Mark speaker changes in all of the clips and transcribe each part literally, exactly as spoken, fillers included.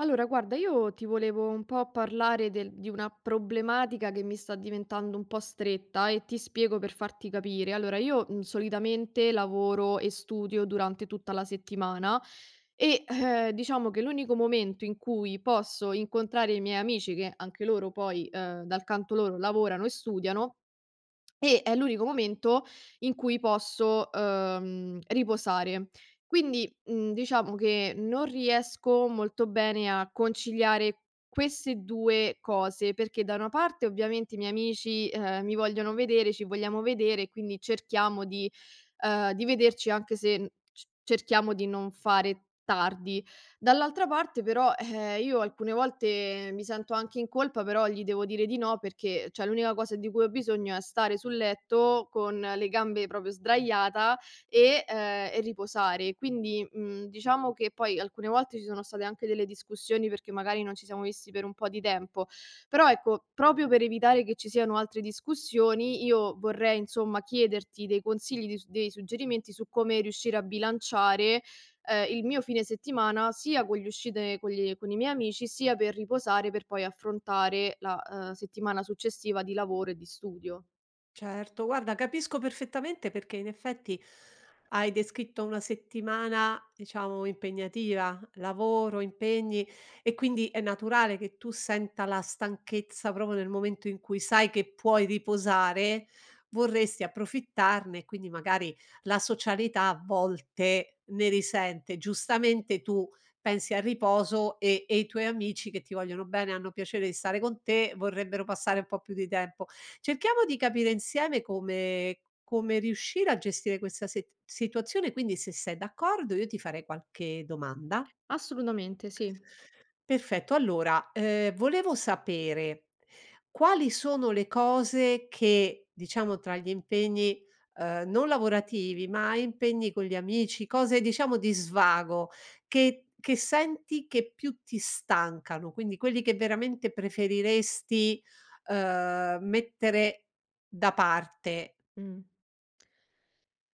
Speaker 1: Allora, guarda, io ti volevo un po' parlare del- di una problematica che mi sta diventando un po' stretta e ti spiego per farti capire. Allora, io mm, solitamente lavoro e studio durante tutta la settimana e eh, diciamo che l'unico momento in cui posso incontrare i miei amici, che anche loro poi eh, dal canto loro lavorano e studiano, e è l'unico momento in cui posso, uhm, riposare. Quindi, mhmm, diciamo che non riesco molto bene a conciliare queste due cose, perché da una parte ovviamente i miei amici, ehm, mi vogliono vedere, ci vogliamo vedere, quindi cerchiamo di, uhm, di vederci anche se n c cerchiamo di non fare tardi. Dall'altra parte però, eh, io alcune volte mi sento anche in colpa, però gli devo dire di no perché, cioè, l'unica cosa di cui ho bisogno è stare sul letto con le gambe proprio sdraiata e, ehm, e riposare. Quindi, mhmm, diciamo che poi alcune volte ci sono state anche delle discussioni perché magari non ci siamo visti per un po' di tempo, però ecco, proprio per evitare che ci siano altre discussioni, io vorrei insomma chiederti dei consigli, di s dei suggerimenti su come riuscire a bilanciare, ehm, il mio fine settimana sia con gli uscite con gli con i miei amici, sia per riposare per poi affrontare la, ehm, settimana successiva di lavoro e di studio.
Speaker 2: Certo, guarda capisco perfettamente perché in effetti hai descritto una settimana, diciamo, impegnativa, lavoro, impegni e quindi è naturale che tu senta la stanchezza proprio nel momento in cui sai che puoi riposare, vorresti approfittarne e quindi magari la socialità a volte ne risente. Giustamente tu pensi al riposo e e i tuoi amici che ti vogliono bene, hanno piacere di stare con te, vorrebbero passare un po' più di tempo. Cerchiamo di capire insieme come come riuscire a gestire questa se situazione, quindi se sei d'accordo io ti farei qualche domanda.
Speaker 1: Assolutamente sì.
Speaker 2: Perfetto, allora, ehm, volevo sapere quali sono le cose che, diciamo, tra gli impegni, ehm, non lavorativi, ma impegni con gli amici, cose diciamo di svago, che che senti che più ti stancano, quindi quelli che veramente preferiresti, ehm, mettere da parte.
Speaker 1: Mh.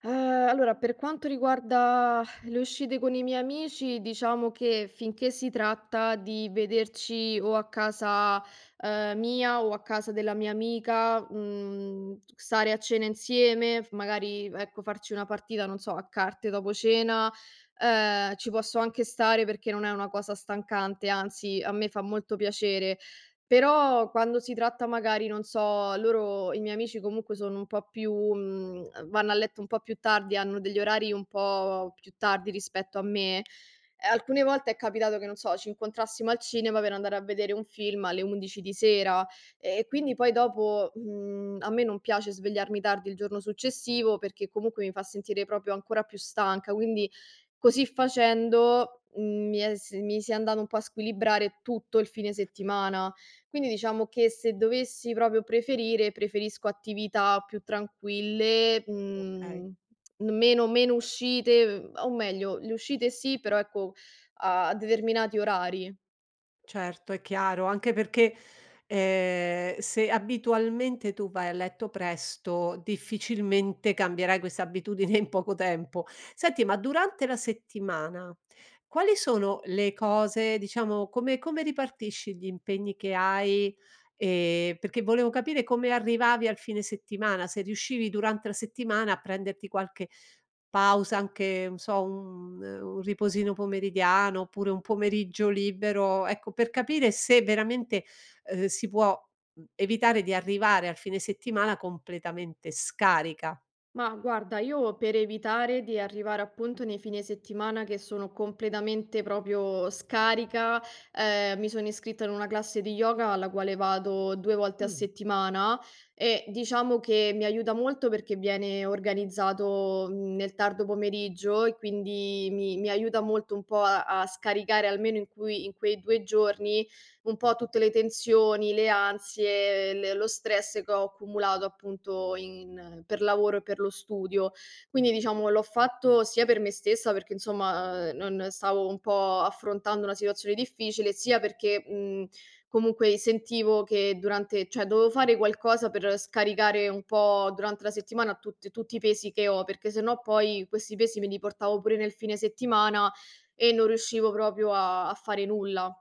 Speaker 1: Ehm, allora per quanto riguarda le uscite con i miei amici, diciamo che finché si tratta di vederci o a casa, ehm, mia o a casa della mia amica, mhmm, stare a cena insieme, f magari ecco farci una partita, non so, a carte dopo cena, ehm, ci posso anche stare perché non è una cosa stancante, anzi a me fa molto piacere. Però quando si tratta magari, non so, loro i miei amici comunque sono un po' più mhmm, vanno a letto un po' più tardi, hanno degli orari un po' più tardi rispetto a me, e alcune volte è capitato che, non so, ci incontrassimo al cinema per andare a vedere un film alle undici di sera, e e quindi poi dopo, mhmm, a me non piace svegliarmi tardi il giorno successivo perché comunque mi fa sentire proprio ancora più stanca, quindi così facendo, mhmm, mi è s mi si è andato un po' a squilibrare tutto il fine settimana. Quindi diciamo che se dovessi proprio preferire, preferisco attività più tranquille,
Speaker 2: Okay.
Speaker 1: mhmm, meno meno uscite, o meglio le uscite sì, però ecco a a determinati orari.
Speaker 2: Certo, è chiaro, anche perché, ehm, se abitualmente tu vai a letto presto, difficilmente cambierai questa abitudine in poco tempo. Senti, ma durante la settimana quali sono le cose, diciamo, come come ripartisci gli impegni che hai. Ehm, perché volevo capire come arrivavi al fine settimana, se riuscivi durante la settimana a prenderti qualche pausa, anche, non so, un eh, un riposino pomeridiano, oppure un pomeriggio libero, ecco, per capire se veramente, ehm, si può, mhmm, evitare di arrivare al fine settimana completamente scarica.
Speaker 1: Ma guarda, io per evitare di arrivare appunto nei fine settimana che sono completamente proprio scarica, eh, mi sono iscritta in una classe di yoga alla quale vado due volte a
Speaker 2: Mh.
Speaker 1: settimana e diciamo che mi aiuta molto perché viene organizzato mh, nel tardo pomeriggio e quindi mi, mi aiuta molto un po' a, a scaricare almeno in cui- in quei due giorni un po' tutte le tensioni, le ansie, le lo stress che ho accumulato appunto in per lavoro e per lo studio. Quindi diciamo l'ho fatto sia per me stessa perché insomma, uhm, non stavo un po' affrontando una situazione difficile, sia perché, mhmm, comunque sentivo che durante cioè dovevo fare qualcosa per scaricare un po' durante la settimana tutt tutti i pesi che ho, perché sennò poi questi pesi me li portavo pure nel fine settimana e non riuscivo proprio a a fare nulla.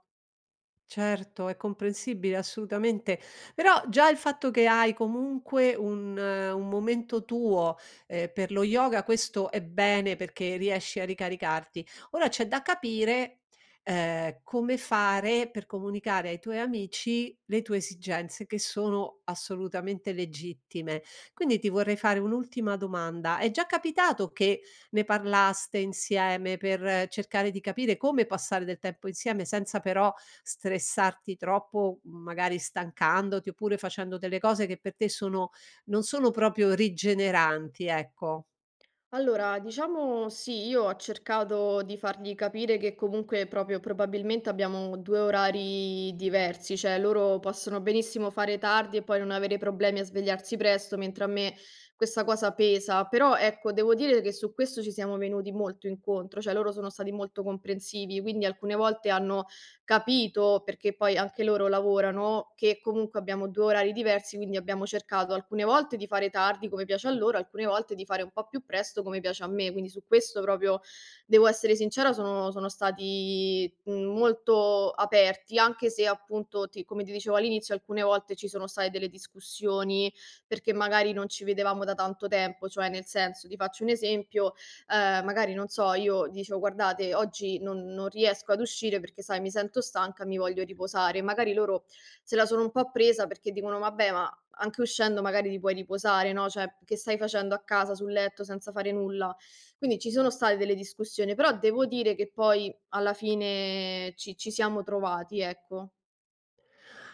Speaker 2: Certo, è comprensibile assolutamente. Però già il fatto che hai comunque un eh, un momento tuo, ehm, per lo yoga, questo è bene perché riesci a ricaricarti. Ora c'è da capire, ehm, come fare per comunicare ai tuoi amici le tue esigenze, che sono assolutamente legittime. Quindi ti vorrei fare un'ultima domanda: è già capitato che ne parlaste insieme per eh, cercare di capire come passare del tempo insieme senza però stressarti troppo, magari stancandoti oppure facendo delle cose che per te sono non sono proprio rigeneranti, ecco?
Speaker 1: Allora, diciamo sì, io ho cercato di fargli capire che comunque proprio probabilmente abbiamo due orari diversi, cioè loro possono benissimo fare tardi e poi non avere problemi a svegliarsi presto, mentre a me questa cosa pesa. Però ecco, devo dire che su questo ci siamo venuti molto incontro, cioè loro sono stati molto comprensivi, quindi alcune volte hanno capito, perché poi anche loro lavorano, che comunque abbiamo due orari diversi, quindi abbiamo cercato alcune volte di fare tardi come piace a loro, alcune volte di fare un po' più presto come piace a me. Quindi su questo proprio devo essere sincera, sono sono stati, mhmm, molto aperti, anche se appunto ti come ti dicevo all'inizio alcune volte ci sono state delle discussioni, perché magari non ci vedevamo da tanto tempo, cioè nel senso, ti faccio un esempio, ehm, magari non so, io dicevo: "Guardate oggi non non riesco ad uscire perché sai mi sento stanca, mi voglio riposare." Magari loro se la sono un po' presa perché dicono: "Vabbè, ma anche uscendo magari ti puoi riposare, no, cioè che stai facendo a casa sul letto senza fare nulla?" Quindi ci sono state delle discussioni, però devo dire che poi alla fine ci ci siamo trovati, ecco.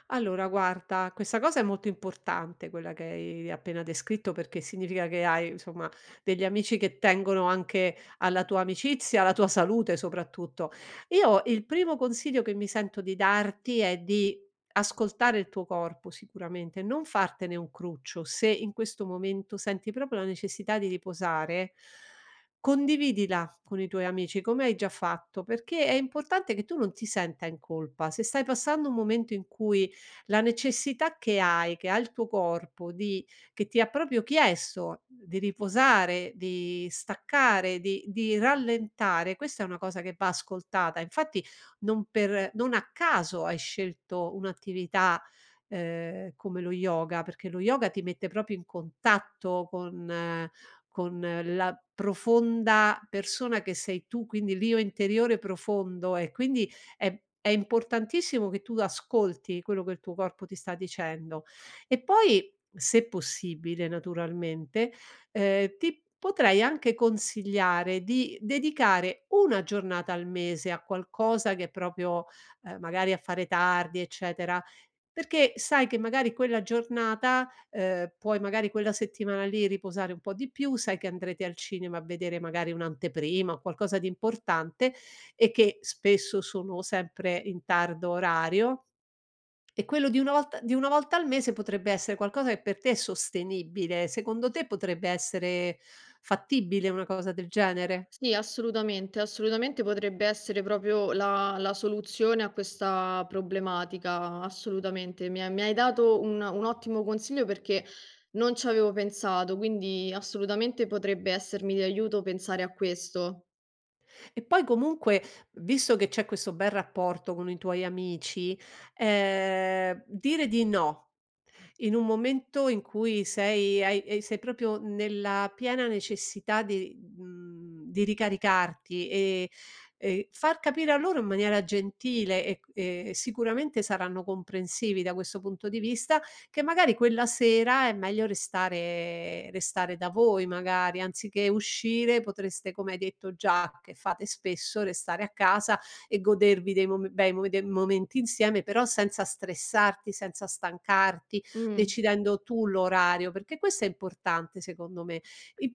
Speaker 2: Allora guarda, questa cosa è molto importante, quella che hai appena descritto, perché significa che hai insomma degli amici che tengono anche alla tua amicizia, alla tua salute soprattutto. Io il primo consiglio che mi sento di darti è di ascoltare il tuo corpo sicuramente, non fartene un cruccio. Se in questo momento senti proprio la necessità di riposare, condividila con i tuoi amici, come hai già fatto, perché è importante che tu non ti senta in colpa. Se stai passando un momento in cui la necessità che hai, che ha il tuo corpo di che ti ha proprio chiesto di riposare, di staccare, di di rallentare, questa è una cosa che va ascoltata. Infatti non per non a caso hai scelto un'attività, ehm, come lo yoga, perché lo yoga ti mette proprio in contatto con eh, con la profonda persona che sei tu, quindi l'io interiore profondo, e quindi è è importantissimo che tu ascolti quello che il tuo corpo ti sta dicendo. E poi, se possibile naturalmente, ehm, ti potrei anche consigliare di dedicare una giornata al mese a qualcosa che è proprio ehm, magari a fare tardi, eccetera, perché sai che magari quella giornata, ehm, puoi, magari quella settimana lì, riposare un po' di più, sai che andrete al cinema a vedere magari un'anteprima o qualcosa di importante e che spesso sono sempre in tardo orario, e quello di una volta di una volta al mese potrebbe essere qualcosa che per te è sostenibile. Secondo te potrebbe essere fattibile una cosa del genere?
Speaker 1: Sì, assolutamente, assolutamente potrebbe essere proprio la la soluzione a questa problematica, assolutamente. Mi ha mi hai dato un un ottimo consiglio perché non ci avevo pensato, quindi assolutamente potrebbe essermi di aiuto pensare a questo.
Speaker 2: E poi comunque, visto che c'è questo bel rapporto con i tuoi amici, ehm, dire di no in un momento in cui sei hai ehm, sei proprio nella piena necessità di mhmm, di ricaricarti, e e far capire a loro in maniera gentile e c e sicuramente saranno comprensivi da questo punto di vista, che magari quella sera è meglio restare restare da voi, magari, anziché uscire, potreste, come hai detto già che fate spesso, restare a casa e godervi dei mom bei mo dei momenti insieme, però senza stressarti, senza stancarti,
Speaker 1: Mh,
Speaker 2: decidendo tu l'orario, perché questo è importante secondo me.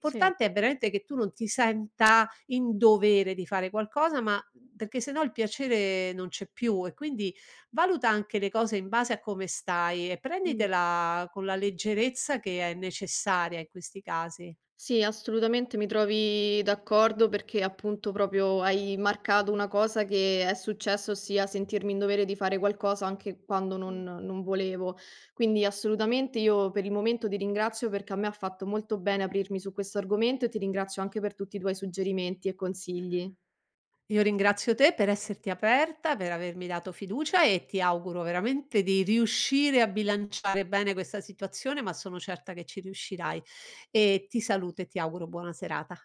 Speaker 1: sì,
Speaker 2: è veramente che tu non ti senta in dovere di fare qualcosa, ma perché se no il piacere non c'è più, e quindi valuta anche le cose in base a come stai e
Speaker 1: mh.
Speaker 2: prenditela con la leggerezza che è necessaria in questi casi.
Speaker 1: Sì, assolutamente mi trovi d'accordo perché appunto proprio hai marcato una cosa che è successo, ossia sentirmi in dovere di fare qualcosa anche quando non,
Speaker 2: Mm.
Speaker 1: non volevo. Quindi assolutamente io per il momento ti ringrazio perché a me ha fatto molto bene aprirmi su questo argomento e ti ringrazio anche per tutti i tuoi suggerimenti e consigli.
Speaker 2: Io ringrazio te per esserti aperta, per avermi dato fiducia, e ti auguro veramente di riuscire a bilanciare bene questa situazione, ma sono certa che ci riuscirai. E ti saluto e ti auguro buona serata.